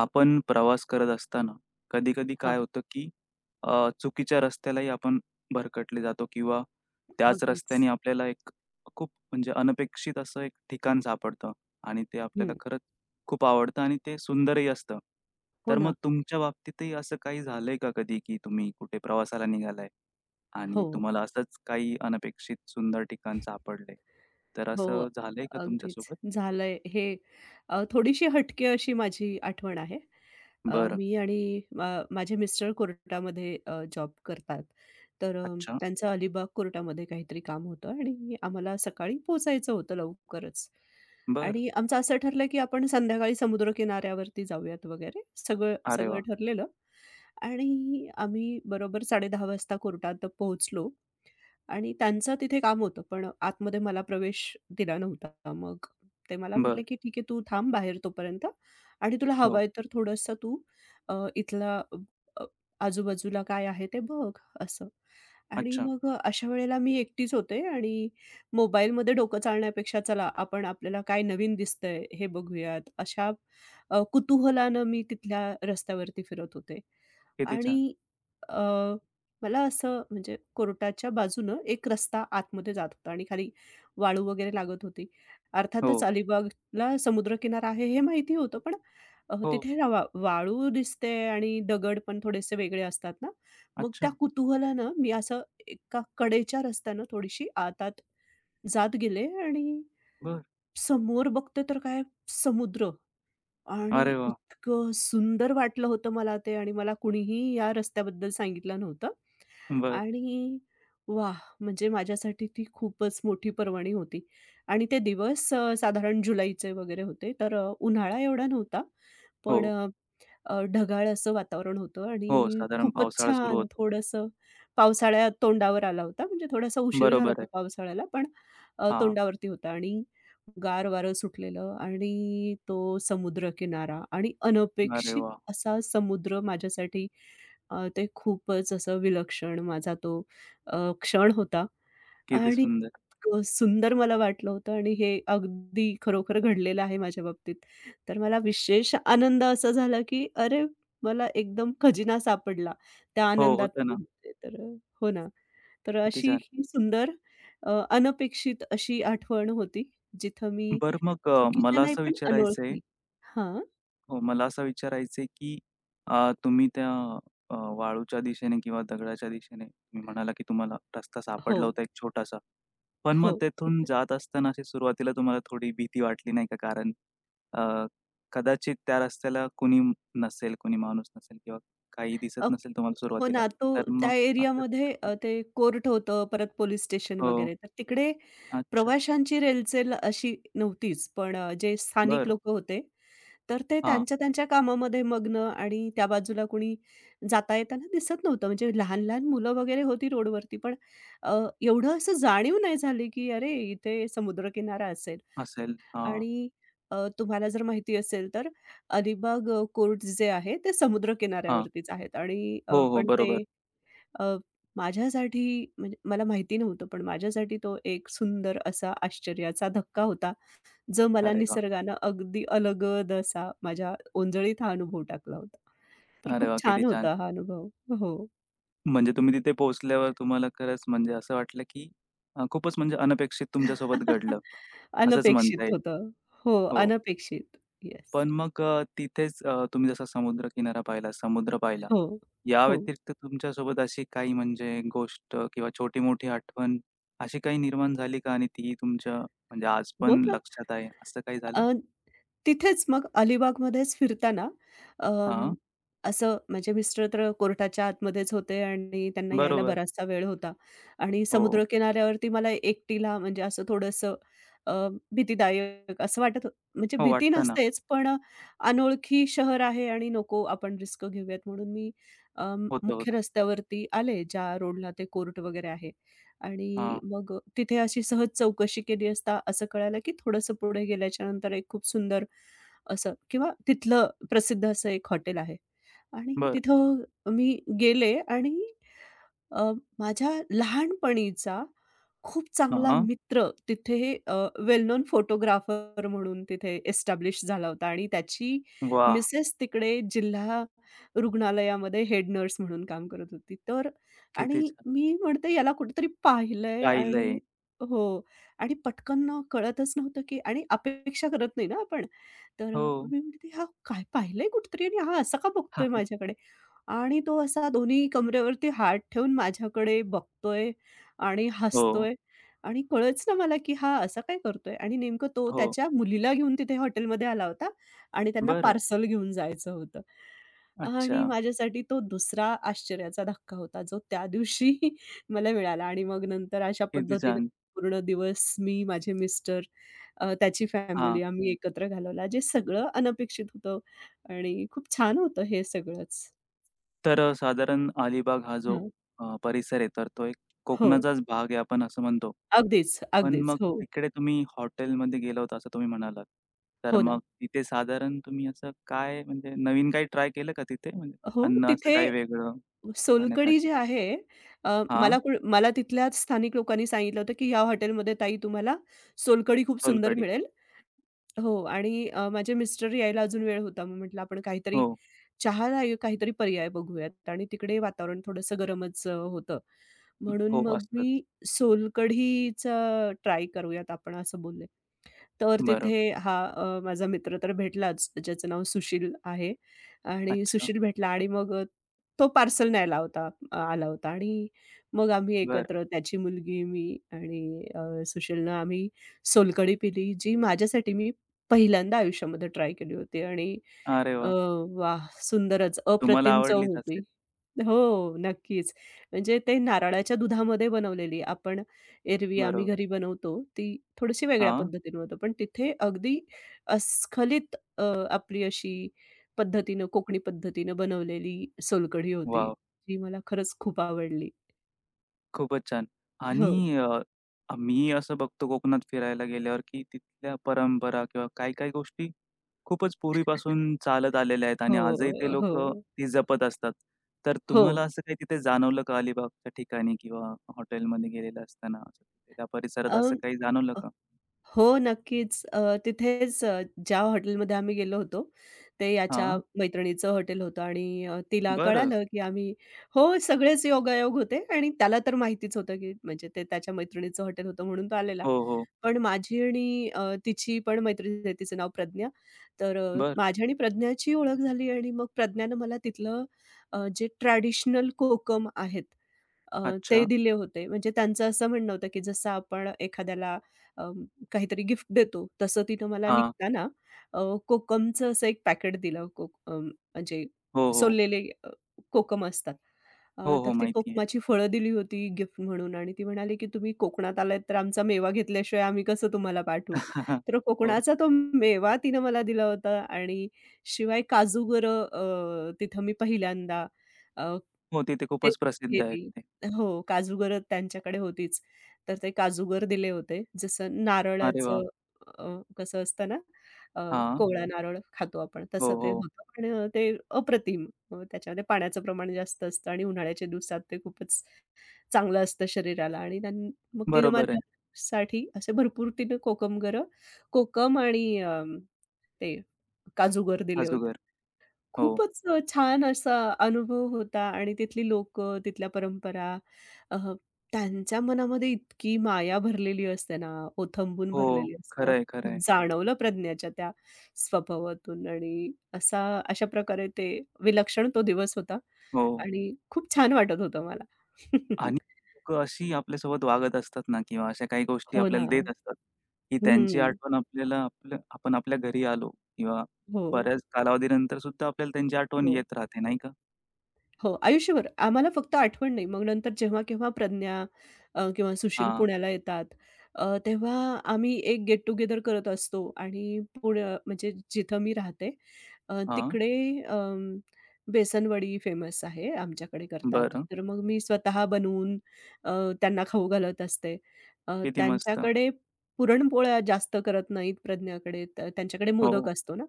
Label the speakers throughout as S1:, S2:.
S1: आपण प्रवास करत असताना कधी-कधी काय
S2: हां,
S1: होतं, की चुकीच्या रस्त्यालाही आपण भरकटले जातो किंवा त्याच
S2: अगदीच.
S1: रस्त्याने आपल्याला एक खूप म्हणजे अनपेक्षित असं एक ठिकाण सापडतं आणि ते आपल्याला
S2: हं.
S1: खरंच खूप आवडतं आणि ते सुंदरही असतं.
S2: हो
S1: तर मग
S2: ना.
S1: तुमच्या बाबतीतही असं काही झालंय का कधी, की तुम्ही कुठे प्रवासाला निघालाय
S2: हो,
S1: आणि तुम्हाला असंच काही अनपेक्षित सुंदर ठिकाण सापडले? तर
S2: हो.
S1: असं झालंय का
S2: अगदीच.
S1: तुमच्यासोबत?
S2: झालंय हे थोडीशी हटके अशी माझी आठवण आहे.
S1: बरं.
S2: मी आणि मा माझे मिस्टर कोर्टामध्ये जॉब करतात. तर
S1: अच्छा.
S2: त्यांचं अलिबाग कोर्टामध्ये काहीतरी काम होतं आणि आम्हाला सकाळी पोहोचायचं होतं लवकरच.
S1: बरं.
S2: आणि आमचं असं ठरलं, की आपण संध्याकाळी समुद्रकिनाऱ्यावरती जाऊयात वगैरे सगळं
S1: अरे
S2: सगळं
S1: वाह!
S2: ठरलेलं. आणि आम्ही बरोबर 10:30 वाजता कोर्टात पोहोचलो. आणि त्यांचं तिथे काम होतं, पण आतमध्ये मला प्रवेश दिला नव्हता. मग ते मला म्हटले,
S1: बरं.
S2: की "ठीक आहे, तू थांब बाहेर तोपर्यंत आणि तुला
S1: हो.
S2: हवंय तर थोडंसं तू इथला अ, आजूबाजूला काय आहे ते बघ," असं. आणि
S1: अच्छा.
S2: मग अशा वेळेला मी एकटीच होते आणि मोबाईलमध्ये डोकं चालण्यापेक्षा चला आपण आपल्याला काय नवीन दिसतंय हे बघूयात, अशा कुतूहलानं मी तिथल्या रस्त्यावरती फिरत होते.
S1: किती छान.
S2: आणि मला असं म्हणजे कोर्टाच्या बाजूनं एक रस्ता आतमध्ये जात होता आणि खाली वाळू वगैरे लागत होती. अर्थातच
S1: हो,
S2: अलिबागला समुद्रकिनारा आहे हे माहिती होतं, पण
S1: हो.
S2: तिथे ना वाळू दिसते आणि दगड पण थोडेसे वेगळे असतात ना, मग
S1: अच्छा.
S2: त्या कुतूहलानं मी असं एका कडेच्या रस्त्यानं थोडीशी आतात जात गेले आणि
S1: बर,
S2: समोर बघते तर काय समुद्र. आणि
S1: अरे वा,
S2: इतकं सुंदर वाटलं होतं मला ते आणि मला कुणीही या रस्त्याबद्दल सांगितलं नव्हतं.
S1: बर,
S2: आणि वाह! म्हणजे माझ्यासाठी ती खूपच मोठी पर्वणी होती आणि ते दिवस साधारण जुलैचे वगैरे होते. तर उन्हाळा एवढा नव्हता,
S1: हो,
S2: पण अ, अ, ढगाळ असं वातावरण होतं
S1: हो.
S2: आणि
S1: साधारण
S2: खूपच
S1: पावसाळा सुरू
S2: छान
S1: होतो.
S2: थोडंसं पावसाळ्या तोंडावर आला होता. म्हणजे थोडासा उशीर झाला
S1: बरोबर
S2: होता
S1: आहे.
S2: पावसाळ्याला, पण
S1: हां.
S2: तोंडावरती होता आणि गार वारं सुटलेलं आणि तो समुद्रकिनारा आणि
S1: अरे
S2: अनपेक्षित
S1: वाह!
S2: असा समुद्र माझ्यासाठी ते खूपच असं विलक्षण माझा तो क्षण होता
S1: किती
S2: आणि
S1: सुंदर.
S2: इतकं सुंदर मला वाटलं होतं आणि हे अगदी खरोखर घडलेलं आहे माझ्या बाबतीत. तर मला विशेष आनंद असा झाला, की अरे मला एकदम खजिना सापडला. त्या
S1: हो,
S2: आनंदात
S1: होतं
S2: मी
S1: ना.
S2: होते. तर हो ना. तर
S1: किती
S2: अशी
S1: छान.
S2: ही सुंदर अनपेक्षित अशी आठवण होती जिथं मी चुकीच्या
S1: मला
S2: नाही
S1: असं
S2: पण
S1: विचारायचंय.
S2: अनोळखी. हां.
S1: हो, मला असं विचारायचं की तुम्ही त्या वाळूच्या दिशेने किंवा दगडाच्या दिशेने तुम्ही म्हणाला, की तुम्हाला रस्ता
S2: हो,
S1: सापडला होता एक छोटासा. पण मग
S2: हो.
S1: तेथून जात असताना अशी सुरुवातीला तुम्हाला थोडी भीती वाटली नाही का? कारण अ, कदाचित त्या रस्त्याला कोणी नसेल, कोणी माणूस नसेल किंवा काही दिसत
S2: अ,
S1: नसेल तुम्हाला
S2: हो
S1: सुरुवातीला.
S2: ना, तो
S1: तर मग
S2: त्या
S1: असं
S2: एरियामध्ये
S1: वाटलं
S2: ते कोर्ट होतं, परत पोलीस स्टेशन
S1: हो.
S2: वगैरे. तर तिकडे
S1: अच्छा.
S2: प्रवाशांची रेलचेल अशी नव्हतीच. पण जे स्थानिक
S1: बरं.
S2: लोकं होते, तर ते
S1: हां.
S2: त्यांच्या त्यांच्या कामामध्ये मग्न आणि त्या बाजूला कोणी जाता येताना दिसत नव्हतं. म्हणजे लहान-लहान मुलं वगैरे होती रोडवरती. पण अ, एवढं असं जाणीव नाही झाली, की अरे, इथे समुद्रकिनारा असेल.
S1: असेल. हां,
S2: आणि तुम्हाला जर माहिती असेल तर अलिबाग कोर्ट जे आहे ते समुद्र
S1: हां.
S2: किनाऱ्यावरतीच आहेत आणि
S1: हो, हो.
S2: पण ते
S1: बरोबर.
S2: अ, माझ्यासाठी म्हणजे मला माहिती नव्हतं, पण माझ्यासाठी तो एक सुंदर असा आश्चर्याचा धक्का होता, जो मला
S1: अरे वाह!
S2: निसर्गानं अगदी अलगद असा माझ्या ओंजळीत हा अनुभव टाकला होता. तर
S1: अरे
S2: खूप
S1: वाह! किती
S2: छान
S1: छान.
S2: होता हा अनुभव. हो.
S1: म्हणजे तुम्ही तिथे पोहोचल्यावर तुम्हाला खरंच म्हणजे असं वाटलं, की खूपच म्हणजे अनपेक्षित तुमच्यासोबत घडलं, असंच म्हणता
S2: अनपेक्षित
S1: येईल.
S2: होतं. हो,
S1: हो.
S2: अनपेक्षित. येस.
S1: पण मग तिथेच तुम्ही जसा समुद्रकिनारा पाहिला, समुद्र पाहिला.
S2: हो.
S1: या
S2: हो.
S1: व्यतिरिक्त तुमच्यासोबत अशी काही म्हणजे गोष्ट किंवा छोटी-मोठी आठवण अशी काही निर्माण झाली का? आणि ती तुमच्या म्हणजे आज
S2: हो
S1: पण
S2: ना.
S1: लक्षात आहे, असं काही झालं?
S2: तिथेच मग अलिबागमध्येच फिरताना अं,
S1: हां.
S2: असं माझे मिस्टर तर कोर्टाच्या आतमध्येच होते आणि त्यांना यायला
S1: बरोबर.
S2: बराचसा वेळ होता आणि
S1: हो.
S2: समुद्रकिनाऱ्यावरती मला एकटीला म्हणजे असं थोडंसं अ, भीतीदायक असं म्हणजे
S1: हो,
S2: भीती
S1: वाटतं ना.
S2: नसतेच पण अनोळखी शहर आहे आणि नको आपण रिस्क घेऊयात म्हणून मी
S1: होतं,
S2: मुख्य
S1: होतं.
S2: रस्त्यावरती आले ज्या रोडला ते कोर्ट वगैरे आहे आणि
S1: हां.
S2: मग तिथे अशी सहज चौकशी केली असता असं कळालं, की थोडंसं पुढे गेल्याच्यानंतर एक खूप सुंदर असं किंवा तिथलं प्रसिद्ध असं एक हॉटेल आहे. आणि
S1: बरं.
S2: तिथं मी गेले आणि अ, माझ्या लहानपणीचा खूप चांगला
S1: हां.
S2: मित्र तिथे अ, वेल नोन फोटोग्राफर म्हणून तिथे एस्टॅब्लिश झाला होता आणि त्याची
S1: वाह!
S2: मिसेस तिकडे जिल्हा रुग्णालयामध्ये हेड नर्स म्हणून काम करत होती. तर
S1: किती
S2: आणि
S1: छान!
S2: मी म्हणते याला कुठेतरी पाहिलंय आणि
S1: पाहिलंय.
S2: हो आणि पटकन ना कळतच नव्हतं, की आणि अपेक्षा करत नाही ना आपण. तर
S1: हो.
S2: मी म्हणते हा काय पाहिलंय कुठेतरी आणि हा असा का बघतोय माझ्याकडे? आणि तो असा दोन्ही कमरेवरती हात ठेवून माझ्याकडे बघतोय आणि
S1: हो,
S2: हसतोय. आणि कळेच ना मला, की हा असा काय करतोय? आणि नेमकं तो
S1: हो.
S2: त्याच्या मुलीला घेऊन तिथे हॉटेलमध्ये आला होता आणि त्यांना
S1: बरं.
S2: पार्सल घेऊन जायचं होतं.
S1: अच्छा.
S2: आणि माझ्यासाठी तो दुसरा आश्चर्याचा धक्का होता, जो त्या दिवशी मला मिळाला आणि मग नंतर अशा
S1: किती
S2: पद्धतीनं
S1: छान.
S2: पूर्ण दिवस मी, माझे मिस्टर, त्याची
S1: हां.
S2: फॅमिली आम्ही एकत्र घालवला. जे सगळं अनपेक्षित होतं आणि खूप छान होतं हे सगळंच.
S1: तर साधारण अलिबाग हा जो
S2: हं.
S1: परिसर आहे, तर तो एक
S2: हो.
S1: कोकणाचाच भाग आहे आपण असं म्हणतो.
S2: अगदीच,
S1: पण
S2: अगदीच.
S1: मग
S2: हो.
S1: तिकडे तुम्ही हॉटेलमध्ये गेला होता असं तुम्ही म्हणालात. तर
S2: हो ना.
S1: मग तिथे साधारण तुम्ही असं काय म्हणजे नवीन काही ट्राय केलं का तिथे? म्हणजे
S2: हो,
S1: अन्न असं
S2: तिथे
S1: काही वेगळं
S2: सोलकढी
S1: खाण्यासाठी?
S2: जी आहे
S1: हां,
S2: मला तिथल्याच स्थानिक लोकांनी सांगितलं होतं, की "ह्या हॉटेलमध्ये ताई तुम्हाला सोलकढी खूप सुंदर
S1: सोलकढी.
S2: मिळेल." हो आणि माझे मिस्टर यायला अजून वेळ होता. मग म्हटलं आपण काहीतरी
S1: हो,
S2: काहीतरी पर्याय बघूयात आणि तिकडे वातावरण थोडंसं गरमच होतं. म्हणून
S1: हो
S2: मग मी
S1: असतंच.
S2: सोलकढीचं ट्राय करूयात आपण असं बोलले. तर तिथे
S1: बरं.
S2: हा माझा मित्र तर भेटलाच, ज्याचं नाव सुशील आहे आणि
S1: अच्छा.
S2: सुशील भेटला आणि मग तो पार्सल न्यायला होता आला होता आणि मग आम्ही
S1: बरं.
S2: एकत्र त्याची मुलगी, मी आणि सुशीलनं आम्ही सोलकढी पिली, जी माझ्यासाठी मी पहिल्यांदा आयुष्यामध्ये ट्राय केली होती आणि
S1: अरे
S2: अ,
S1: वाह!
S2: वाह! सुंदरच
S1: तुम्हाला
S2: अप्रतिम चव
S1: आवडलीच
S2: होती.
S1: असेल.
S2: हो, नक्कीच. म्हणजे ते नारळाच्या दुधामध्ये बनवलेली. आपण एरवी आम्ही
S1: बरोबर.
S2: घरी बनवतो, ती थोडीशी वेगळ्या
S1: हां.
S2: पद्धतीने बनवतो. पण तिथे अगदी अस्खलित आपली अशी पद्धतीनं, कोकणी पद्धतीनं बनवलेली सोलकढी होती.
S1: वॉव!
S2: जी मला खरंच खूप आवडली.
S1: खूपच छान.
S2: हो,
S1: आणि मी असं बघतो कोकणात फिरायला गेल्यावर, की तिथल्या परंपरा किंवा काही-काही गोष्टी खूपच पूर्वीपासून चालत आलेल्या आहेत
S2: हो,
S1: आणि आजही ते
S2: हो,
S1: लोकं ती जपत असतात. तर
S2: हो.
S1: तुम्हाला असं काही तिथे जाणवलं का अलिबागच्या ठिकाणी किंवा हॉटेलमध्ये गेलेलं असताना असं तिथे त्या परिसरात
S2: अ
S1: असं काही जाणवलं का?
S2: हो, नक्कीच. तिथेच ज्या हॉटेलमध्ये आम्ही गेलो होतो, ते याच्या
S1: हां,
S2: मैत्रिणीचं हॉटेल होतं आणि तिला
S1: बरं.
S2: कळालं, की आम्ही हो, सगळेच योगायोग होते आणि त्याला तर माहितीच होतं, की म्हणजे ते त्याच्या मैत्रिणीचं हॉटेल होतं म्हणून तो आलेला.
S1: हो, हो.
S2: पण माझी आणि तिची पण मैत्रीण आहे, तिचं नाव प्रज्ञा. तर
S1: बरं.
S2: माझी आणि प्रज्ञाची ओळख झाली आणि मग प्रज्ञानं मला तिथलं जे ट्रॅडिशनल कोकम आहेत, अ, ते
S1: अच्छा.
S2: दिले होते. म्हणजे त्यांचं असं म्हणणं होतं, की जसं आपण एखाद्याला अ, काहीतरी गिफ्ट देतो, तसं तिनं मला
S1: हां.
S2: निघताना कोकमचं असं एक पॅकेट दिलं. म्हणजे
S1: हो, हो.
S2: सोललेले कोकम असतात.
S1: हो,
S2: तर
S1: हो.
S2: ती
S1: माहिती आहे.
S2: कोकमाची फळं दिली होती गिफ्ट म्हणून आणि ती म्हणाली, की "तुम्ही कोकणात आलात तर आमचा मेवा घेतल्याशिवाय आम्ही कसं तुम्हाला पाठवू?" तर
S1: हो.
S2: कोकणाचा तो मेवा तिनं मला दिला होता आणि शिवाय काजू बरं तिथं मी पहिल्यांदा
S1: हो, तिथे
S2: तेच
S1: खूपच प्रसिद्ध आहेत
S2: केली.
S1: ते.
S2: हो, काजूगर त्यांच्याकडे होतीच. तर ते काजूगर दिले होते. जसं
S1: अरे वाह!
S2: नारळाचं अ, कसं असतं ना, अ,
S1: हां.
S2: कोवळा नारळ खातो आपण तसं
S1: हो,
S2: ते
S1: हो.
S2: होतं. पण ते अप्रतिम. त्याच्यामध्ये पाण्याचं प्रमाण जास्त असतं आणि उन्हाळ्याच्या दिवसात ते खूपच चांगलं असतं शरीराला आणि मग तिनं
S1: बरोबर आहे.
S2: माझ्यासाठी असे भरपूर तिनं कोकमगरं कोकम आणि ते काजूगर दिले होते.
S1: अजूगर. हो,
S2: खूपच छान असा अनुभव होता आणि तिथली लोक, तिथल्या परंपरा अ, त्यांच्या मनामध्ये इतकी माया भरलेली असते ना, ओथंबून
S1: हो.
S2: भरलेली असते. मला
S1: खरं आहे, खरं
S2: खूप
S1: आहे.
S2: जाणवलं प्रज्ञाच्या त्या स्वभावातून आणि असा अशा प्रकारे ते विलक्षण तो दिवस होता
S1: हो.
S2: आणि खूप छान वाटत होतं मला.
S1: आणि लोकं अशी आपल्यासोबत वागत असतात ना किंवा अशा काही गोष्टी
S2: हो ना.
S1: आपल्याला देत असतात, की त्यांची
S2: हं.
S1: आठवण आपल्याला आपल्या आपण आपल्या घरी आलो किंवा
S2: हो,
S1: बऱ्याच कालावधीनंतर सुद्धा आपल्याला त्यांची आठवण
S2: हो.
S1: येत राहते, नाही का?
S2: हो, आयुष्यभर. आम्हाला फक्त आठवण नाही. मग नंतर जेव्हा-केव्हा प्रज्ञा किंवा सुशील
S1: हां,
S2: पुण्याला येतात, तेव्हा आम्ही एक गेट टुगेदर करत असतो आणि पुणे म्हणजे जिथं मी राहते
S1: हां.
S2: तिकडे अं, बेसनवडी फेमस आहे आमच्याकडे करतात.
S1: बरं.
S2: तर मग मी स्वतः बनवून अ, त्यांना खाऊ घालत असते.
S1: किती मस्त.
S2: त्यांच्याकडे पुरणपोळ्या जास्त करत नाहीत प्रज्ञाकडे. त्यांच्याकडे मोदक
S1: हो,
S2: असतो ना.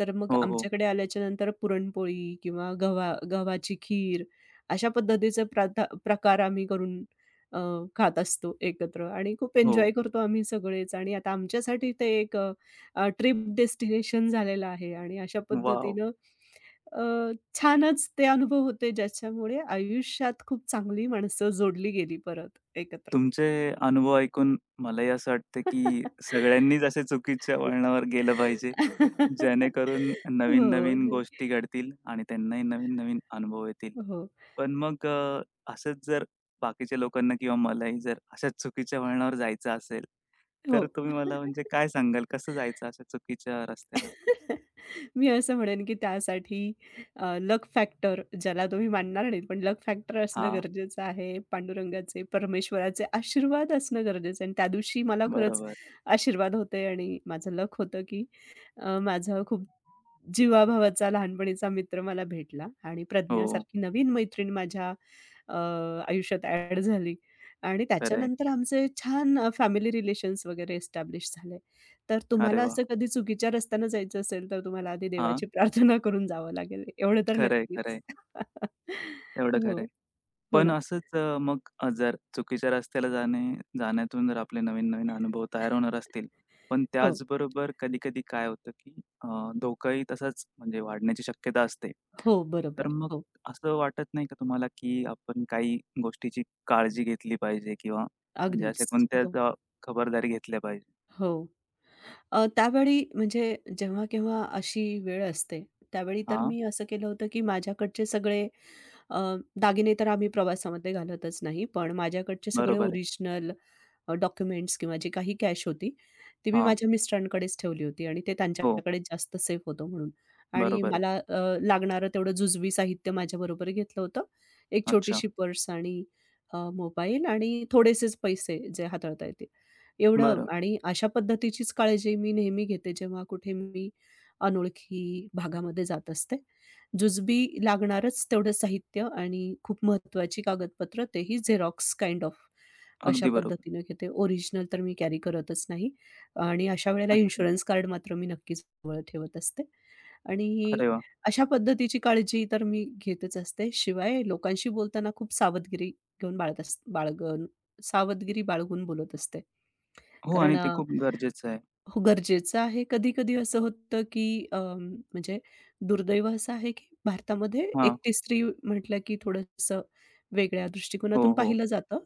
S2: तर मग
S1: हो, हो,
S2: आमच्याकडे आल्याच्यानंतर पुरणपोळी किंवा गव्हाची खीर अशा पद्धतीचे प्रथा प्रकार आम्ही करून अ, खात असतो एकत्र आणि खूप एन्जॉय
S1: हो.
S2: करतो आम्ही सगळेच आणि आता आमच्यासाठी ते एक ट्रिप डेस्टिनेशन झालेलं आहे आणि अशा
S1: वॉव!
S2: पद्धतीनं अ, छानच ते अनुभव होते ज्याच्यामुळे आयुष्यात खूप चांगली माणसं जोडली गेली परत एकत्र.
S1: तुमचे अनुभव ऐकून मलाही असं वाटतं, की सगळ्यांनीच अशा चुकीच्या वळणावर गेलं पाहिजे. जेणेकरून
S2: हो,
S1: नवीन-नवीन
S2: नाही.
S1: गोष्टी घडतील आणि त्यांनाही नवीन-नवीन अनुभव येतील.
S2: हो,
S1: पण मग असंच जर बाकीच्या लोकांना किंवा मलाही जर अशा चुकीच्या वळणावर जायचं असेल,
S2: हो.
S1: तर तुम्ही मला म्हणजे काय सांगाल? कसं जायचं अशा चुकीच्या रस्त्याला?
S2: मी असं म्हणेन, की त्यासाठी लक फॅक्टर ज्याला तुम्ही मानणार नाहीत, पण लक फॅक्टर असणं
S1: हां,
S2: गरजेचं आहे. पांडुरंगाचे, परमेश्वराचे आशीर्वाद असणं गरजेचं आहे आणि त्या दिवशी मला खरंच
S1: बरोबर.
S2: आशीर्वाद होते आणि माझं लक होतं, की माझा खूप जीवाभावाचा लहानपणीचा मित्र मला भेटला आणि
S1: हो,
S2: प्रज्ञासारखी नवीन मैत्रीण माझ्या अ, आयुष्यात ॲड झाली आणि
S1: खरंय.
S2: त्याच्यानंतर आमचे छान फॅमिली रिलेशन्स वगैरे एस्टॅब्लिश झाले. तर
S1: अरे
S2: तुम्हाला
S1: वाह!
S2: असं कधी चुकीच्या रस्त्यानं जायचं असेल, तर तुम्हाला आधी
S1: हां,
S2: देवाची प्रार्थना करून जावं लागेल, एवढं तर
S1: खरंय,
S2: नक्कीच.
S1: खरंय. एवढं
S2: हो,
S1: खरंय.
S2: हो ना.
S1: पण असंच जर चुकीच्या रस्त्याला जाणे जाण्यातून जर आपले नवीन-नवीन अनुभव तयार होणार असतील, पण
S2: हो,
S1: त्याचबरोबर कधी-कधी काय होतं, की अ, धोकाही तसाच म्हणजे वाढण्याची शक्यता असते.
S2: हो,
S1: तर
S2: बरोबर.
S1: मग
S2: हो,
S1: असं वाटत नाही का तुम्हाला, की आपण काही गोष्टीची काळजी घेतली पाहिजे किंवा म्हणजे अशा
S2: अगदीच.
S1: कोणत्या
S2: हो,
S1: ज खबरदारी घेतल्या पाहिजे?
S2: हो. त्यावेळी म्हणजे जेव्हा-केव्हा अशी वेळ असते, त्यावेळी तर
S1: हां,
S2: मी असं केलं होतं, की माझ्याकडचे सगळे अ, दागिने तर आम्ही प्रवासामध्ये घालतच नाही, पण माझ्याकडचे सगळे
S1: बरोबर आहे.
S2: ओरिजिनल डॉक्युमेंट्स किंवा जी काही कॅश होती, ती मी
S1: हां,
S2: माझ्या मिस्टरांकडेच ठेवली होती आणि ते
S1: हो,
S2: त्यांच्याकडेच जास्त सेफ होतं म्हणून. आणि
S1: बरोबर आहे.
S2: मला लागणारं तेवढं जुजवी साहित्य माझ्याबरोबर घेतलं होतं. एक
S1: अच्छा,
S2: छोटीशी पर्स आणि मोबाईल आणि थोडेसेच पैसे जे हाताळता येतील, एवढं.
S1: बरं.
S2: आणि अशा पद्धतीचीच काळजी मी नेहमी घेते, जेव्हा कुठे मी अनोळखी भागामध्ये जात असते. जुजबी लागणारच तेवढं साहित्य आणि खूप महत्त्वाची कागदपत्र तेही झेरॉक्स काइंड ऑफ अशा
S1: अगदी बरोबर.
S2: पद्धतीनं घेते. ओरिजिनल तर मी कॅरी करतच नाही आणि अशा वेळेला
S1: अच्छा.
S2: इन्शुरन्स कार्ड मात्र मी नक्कीच जवळ ठेवत असते आणि
S1: अरे वाह!
S2: अशा पद्धतीची काळजी तर मी घेतच असते. शिवाय लोकांशी बोलताना खूप सावधगिरी घेऊन बाळगत अस बाळगून सावधगिरी बाळगून बोलत असते.
S1: हो
S2: कारण
S1: आणि ते खूप गरजेचं आहे.
S2: हो, गरजेचं आहे. कधी-कधी असं होतं, की म्हणजे दुर्दैव असं आहे, की भारतामध्ये
S1: हां.
S2: एकटी स्त्री म्हटलं, की थोडंसं वेगळ्या
S1: हो,
S2: दृष्टिकोनातून
S1: हो.
S2: पाहिलं जातं.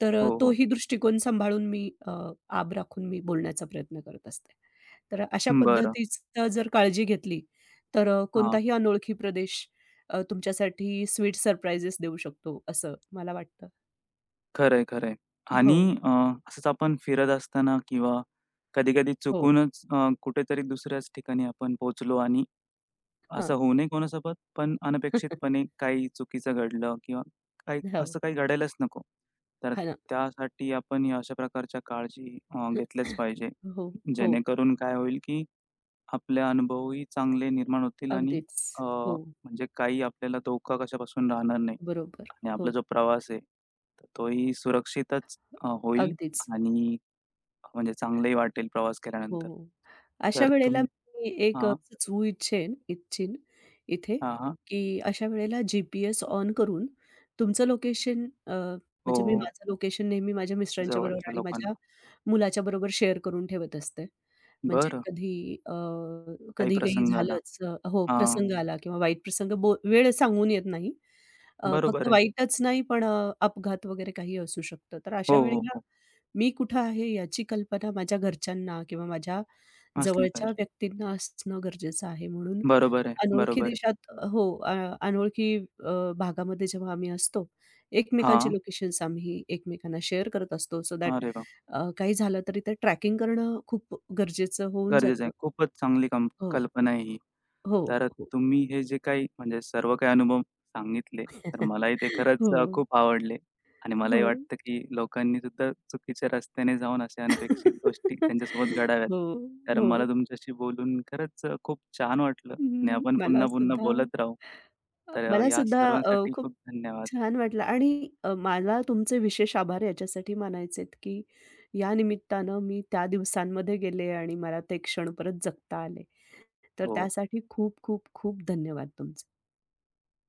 S2: तर
S1: हो, हो.
S2: तोही दृष्टिकोन सांभाळून मी आब राखून मी बोलण्याचा प्रयत्न करत असते. तर अशा
S1: बरं.
S2: पद्धतीचं जर काळजी घेतली, तर
S1: हां.
S2: कोणताही अनोळखी प्रदेश तुमच्यासाठी स्वीट सरप्राइजेस देऊ शकतो, असं मला वाटतं.
S1: खरंय, खरंय.
S2: हो,
S1: आणि असंच आपण फिरत असताना किंवा कधी-कधी
S2: हो.
S1: चुकूनच कुठेतरी दुसऱ्याच ठिकाणी आपण पोहोचलो आणि
S2: हां.
S1: असं होऊ नये कोणासोबत, पण अनपेक्षितपणे काही चुकीचं घडलं किंवा काही
S2: हो.
S1: असं काही घडायलाच नको. तर
S2: हां ना.
S1: त्यासाठी आपण या अशा प्रकारच्या काळजी घेतल्याच पाहिजे.
S2: हो, हो.
S1: जेणेकरून काय होईल, की आपले अनुभवही चांगले निर्माण होतील आणि
S2: अगदीच.
S1: अ,
S2: हो.
S1: म्हणजे काही आपल्याला धोका कशापासून राहणार नाही.
S2: बरोबर.
S1: आणि आपला
S2: हो.
S1: जो प्रवास आहे, तर तोही सुरक्षितच होईल
S2: अगदीच.
S1: आणि म्हणजे चांगलंही वाटेल प्रवास
S2: हो,
S1: केल्यानंतर.
S2: हो. अशा
S1: तर
S2: वेळेला
S1: तुम्ही
S2: मी एक
S1: हां,
S2: सुचवू इच्छीन इथे,
S1: हां, हां.
S2: की अशा वेळेला जी-पी-एस ऑन करून तुमचं लोकेशन
S1: हो,
S2: म्हणजे मी
S1: हो.
S2: माझं लोकेशन नेहमी माझ्या मिस्टरांच्या बरोबर
S1: जवळच्या
S2: आणि माझ्या
S1: लोकांना.
S2: मुलाच्या बरोबर शेअर करून ठेवत असते. म्हणजे
S1: बरं,
S2: कधी
S1: काही
S2: कधी काही
S1: प्रसंग आला.
S2: झालंच हो,
S1: हां,
S2: प्रसंग आला किंवा वाईट प्रसंग बो वेळ सांगून येत नाही. फक्त
S1: बरोबर आहे.
S2: वाईटच नाही पण अपघात वगैरे काही असू शकतं. तर अशा
S1: हो, हो,
S2: वेळेला
S1: हो.
S2: मी कुठं आहे याची कल्पना माझ्या घरच्यांना किंवा माझ्या
S1: असली
S2: जवळच्या
S1: पाहिजे.
S2: व्यक्तींना असणं गरजेचं आहे. म्हणून
S1: बरोबर आहे,
S2: अनोळखी
S1: बरोबर आहे.
S2: देशात हो, अनोळखी भागामध्ये जेव्हा आम्ही असतो, एकमेकांचे
S1: हां.
S2: लोकेशन्स आम्ही एकमेकांना शेअर करत असतो सो दॅट
S1: अरे वाह!
S2: काही झालं तरी ते ट्रॅकिंग करणं खूप गरजेचं होऊन
S1: गरजेचं
S2: जातं.
S1: आहे. खूपच चांगली कं
S2: हो,
S1: कल्पना आहे ही.
S2: हो,
S1: तर
S2: हो.
S1: तुम्ही हे जे काही म्हणजे सर्व काही अनुभव सांगितले, तर मलाही ते खरंच
S2: हो,
S1: खूप आवडले आणि
S2: हो.
S1: मलाही वाटतं, की लोकांनी सुद्धा चुकीच्या रस्त्याने जाऊन अशा अनपेक्षित गोष्टी त्यांच्यासोबत घडाव्यात.
S2: हो,
S1: तर मला
S2: हो.
S1: तुमच्याशी बोलून खरंच खूप छान वाटलं आणि
S2: हं,
S1: आपण पुन्हा-पुन्हा बोलत राहू. तर
S2: मला
S1: या
S2: सुद्धा
S1: सर्वांसाठी खूप
S2: खूप
S1: धन्यवाद.
S2: छान वाटलं आणि मला तुमचे विशेष आभार याच्यासाठी मानायचे आहेत, की या निमित्तानं मी त्या दिवसांमध्ये गेले आणि मला ते क्षण परत जगता आले. तर
S1: हो.
S2: त्यासाठी खूप खूप खूप धन्यवाद तुमचे.